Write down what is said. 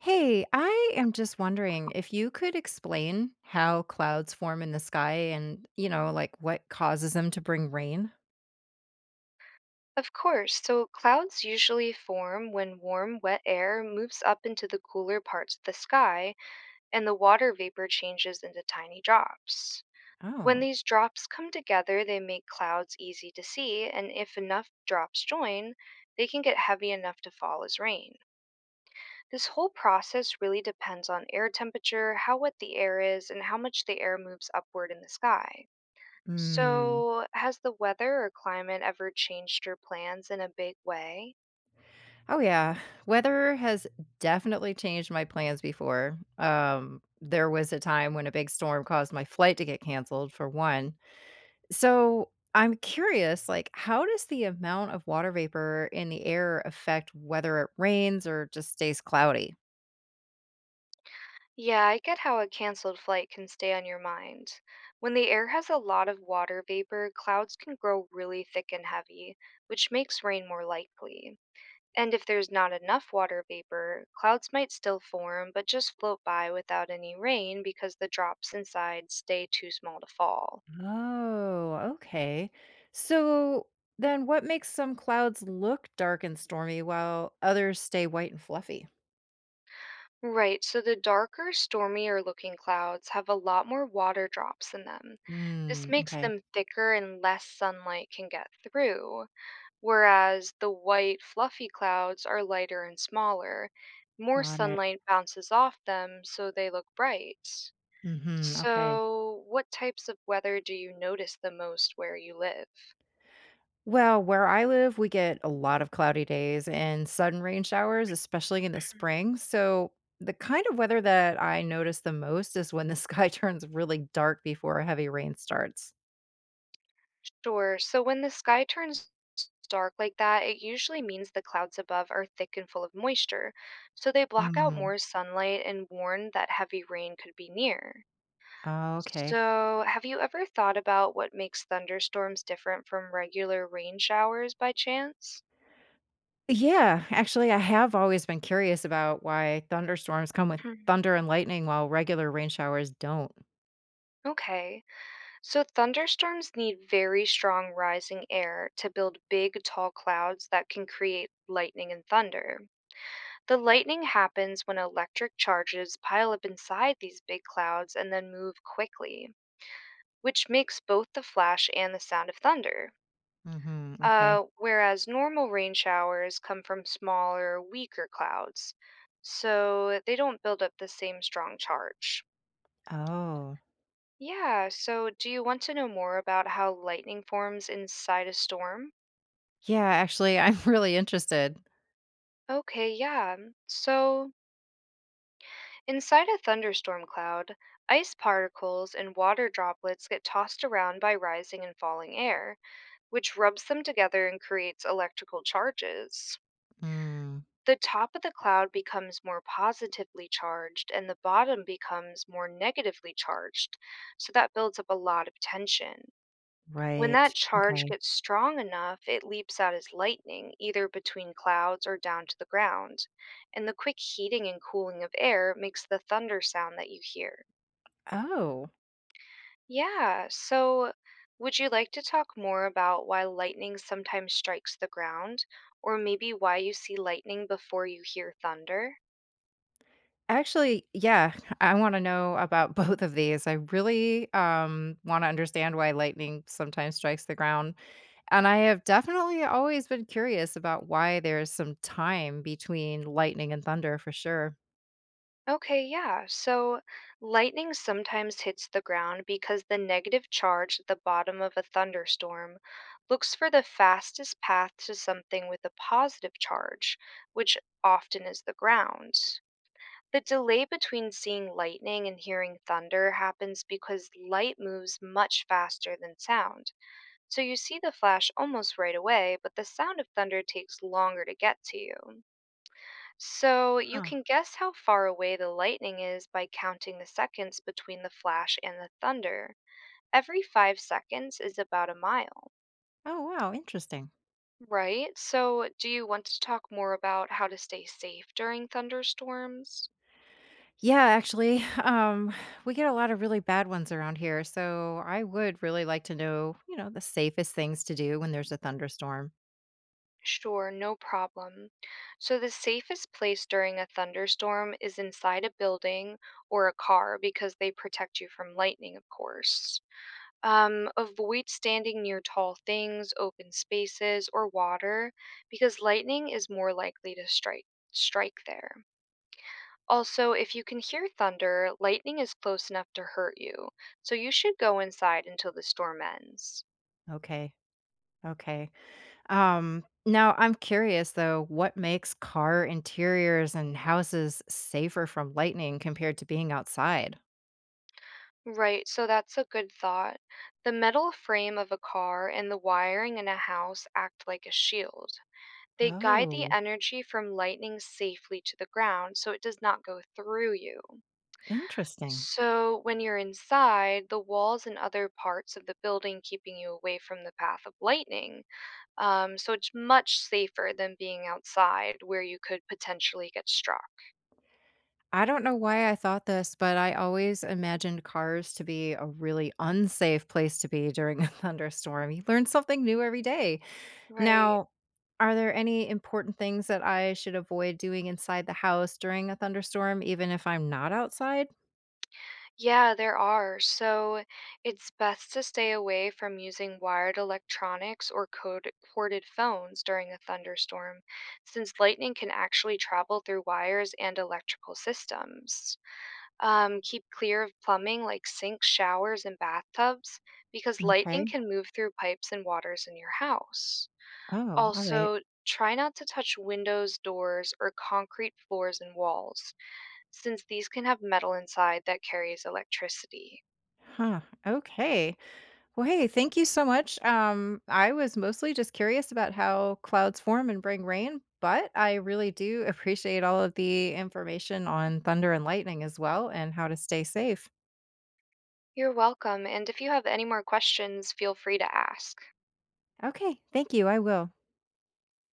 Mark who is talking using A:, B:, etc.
A: Hey, I am just wondering if you could explain how clouds form in the sky and, like what causes them to bring rain.
B: Of course. So clouds usually form when warm, wet air moves up into the cooler parts of the sky and the water vapor changes into tiny drops. When
A: Oh.
B: these drops come together, they make clouds easy to see, and if enough drops join, they can get heavy enough to fall as rain. This whole process really depends on air temperature, how wet the air is, and how much the air moves upward in the sky.
A: Hmm.
B: So, has the weather or climate ever changed your plans in a big way?
A: Oh yeah. Weather has definitely changed my plans before. There was a time when a big storm caused my flight to get canceled for one. So I'm curious, like, how does the amount of water vapor in the air affect whether it rains or just stays cloudy?
B: Yeah, I get how a canceled flight can stay on your mind. When the air has a lot of water vapor, clouds can grow really thick and heavy, which makes rain more likely. And if there's not enough water vapor, clouds might still form but just float by without any rain because the drops inside stay too small to fall.
A: Oh, okay. So then what makes some clouds look dark and stormy while others stay white and fluffy?
B: Right, so the darker, stormier looking clouds have a lot more water drops in them. This
A: Mm,
B: makes
A: okay.
B: them thicker and less sunlight can get through, whereas the white, fluffy clouds are lighter and smaller. More
A: Got it.
B: sunlight bounces off them, so they look bright.
A: Okay.
B: So, what types of weather do you notice the most where you live?
A: Well, where I live, we get a lot of cloudy days and sudden rain showers, especially in the spring. So the kind of weather that I notice the most is when the sky turns really dark before a heavy rain starts.
B: Sure. So, when the sky turns dark like that, it usually means the clouds above are thick and full of moisture, so they block out
A: hmm
B: more sunlight and warn that heavy rain could be near.
A: Oh, okay.
B: So, have you ever thought about what makes thunderstorms different from regular rain showers by chance?
A: Yeah, actually, I have always been curious about why thunderstorms come with
B: Hmm,
A: thunder and lightning while regular rain showers don't.
B: Okay, so thunderstorms need very strong rising air to build big, tall clouds that can create lightning and thunder. The lightning happens when electric charges pile up inside these big clouds and then move quickly, which makes both the flash and the sound of thunder.
A: Okay.
B: Whereas normal rain showers come from smaller, weaker clouds, so they don't build up the same strong charge.
A: Oh,
B: Yeah, so do you want to know more about how lightning forms inside a storm?
A: yeah, actually, I'm really interested.
B: Okay, yeah. So, inside a thunderstorm cloud, ice particles and water droplets get tossed around by rising and falling air, which rubs them together and creates electrical charges.
A: Mm,
B: The top of the cloud becomes more positively charged and the bottom becomes more negatively charged. So that builds up a lot of tension. When
A: right.
B: that charge
A: Okay.
B: gets strong enough, it leaps out as lightning, either between clouds or down to the ground. And the quick heating and cooling of air makes the thunder sound that you hear.
A: Oh,
B: Yeah, so would you like to talk more about why lightning sometimes strikes the ground, or maybe why you see lightning before you hear thunder?
A: actually, yeah, I want to know about both of these. I really want to understand why lightning sometimes strikes the ground. And I have definitely always been curious about why there's some time between lightning and thunder for sure.
B: Okay, yeah. So lightning sometimes hits the ground because the negative charge at the bottom of a thunderstorm looks for the fastest path to something with a positive charge, which often is the ground. The delay between seeing lightning and hearing thunder happens because light moves much faster than sound. So you see the flash almost right away, but the sound of thunder takes longer to get to you. So you can guess how far away the lightning is by counting the seconds between the flash and the thunder. Every 5 seconds is about a mile.
A: Oh, wow, interesting.
B: Right? So do you want to talk more about how to stay safe during thunderstorms?
A: Yeah, actually, we get a lot of really bad ones around here, so I would really like to know, the safest things to do when there's a thunderstorm.
B: Sure, no problem. So the safest place during a thunderstorm is inside a building or a car because they protect you from lightning, of course. Avoid standing near tall things, open spaces, or water because lightning is more likely to strike there. Also, if you can hear thunder, lightning is close enough to hurt you, so you should go inside until the storm ends.
A: Okay. Okay. Now I'm curious though, what makes car interiors and houses safer from lightning compared to being outside?
B: Right, so that's a good thought. The metal frame of a car and the wiring in a house act like a shield. They guide the
A: Oh,
B: energy from lightning safely to the ground so it does not go through you.
A: interesting.
B: So, when you're inside, the walls and other parts of the building keeping you away from the path of lightning. So, it's much safer than being outside where you could potentially get struck.
A: I don't know why I thought this, but I always imagined cars to be a really unsafe place to be during a thunderstorm. You learn something new every day.
B: Right.
A: Now, are there any important things that I should avoid doing inside the house during a thunderstorm, even if I'm not outside?
B: Yeah, there are. So, it's best to stay away from using wired electronics or corded phones during a thunderstorm, since lightning can actually travel through wires and electrical systems. Keep clear of plumbing like sinks, showers, and bathtubs because lightning
A: Okay.
B: can move through pipes and waters in your house.
A: Oh, all right.
B: Also, try not to touch windows, doors, or concrete floors and walls since these can have metal inside that carries electricity.
A: Huh. Okay. Well, hey, thank you so much. I was mostly just curious about how clouds form and bring rain, but I really do appreciate all of the information on thunder and lightning as well and how to stay safe.
B: You're welcome, and if you have any more questions, feel free to ask.
A: Okay, thank you. I will.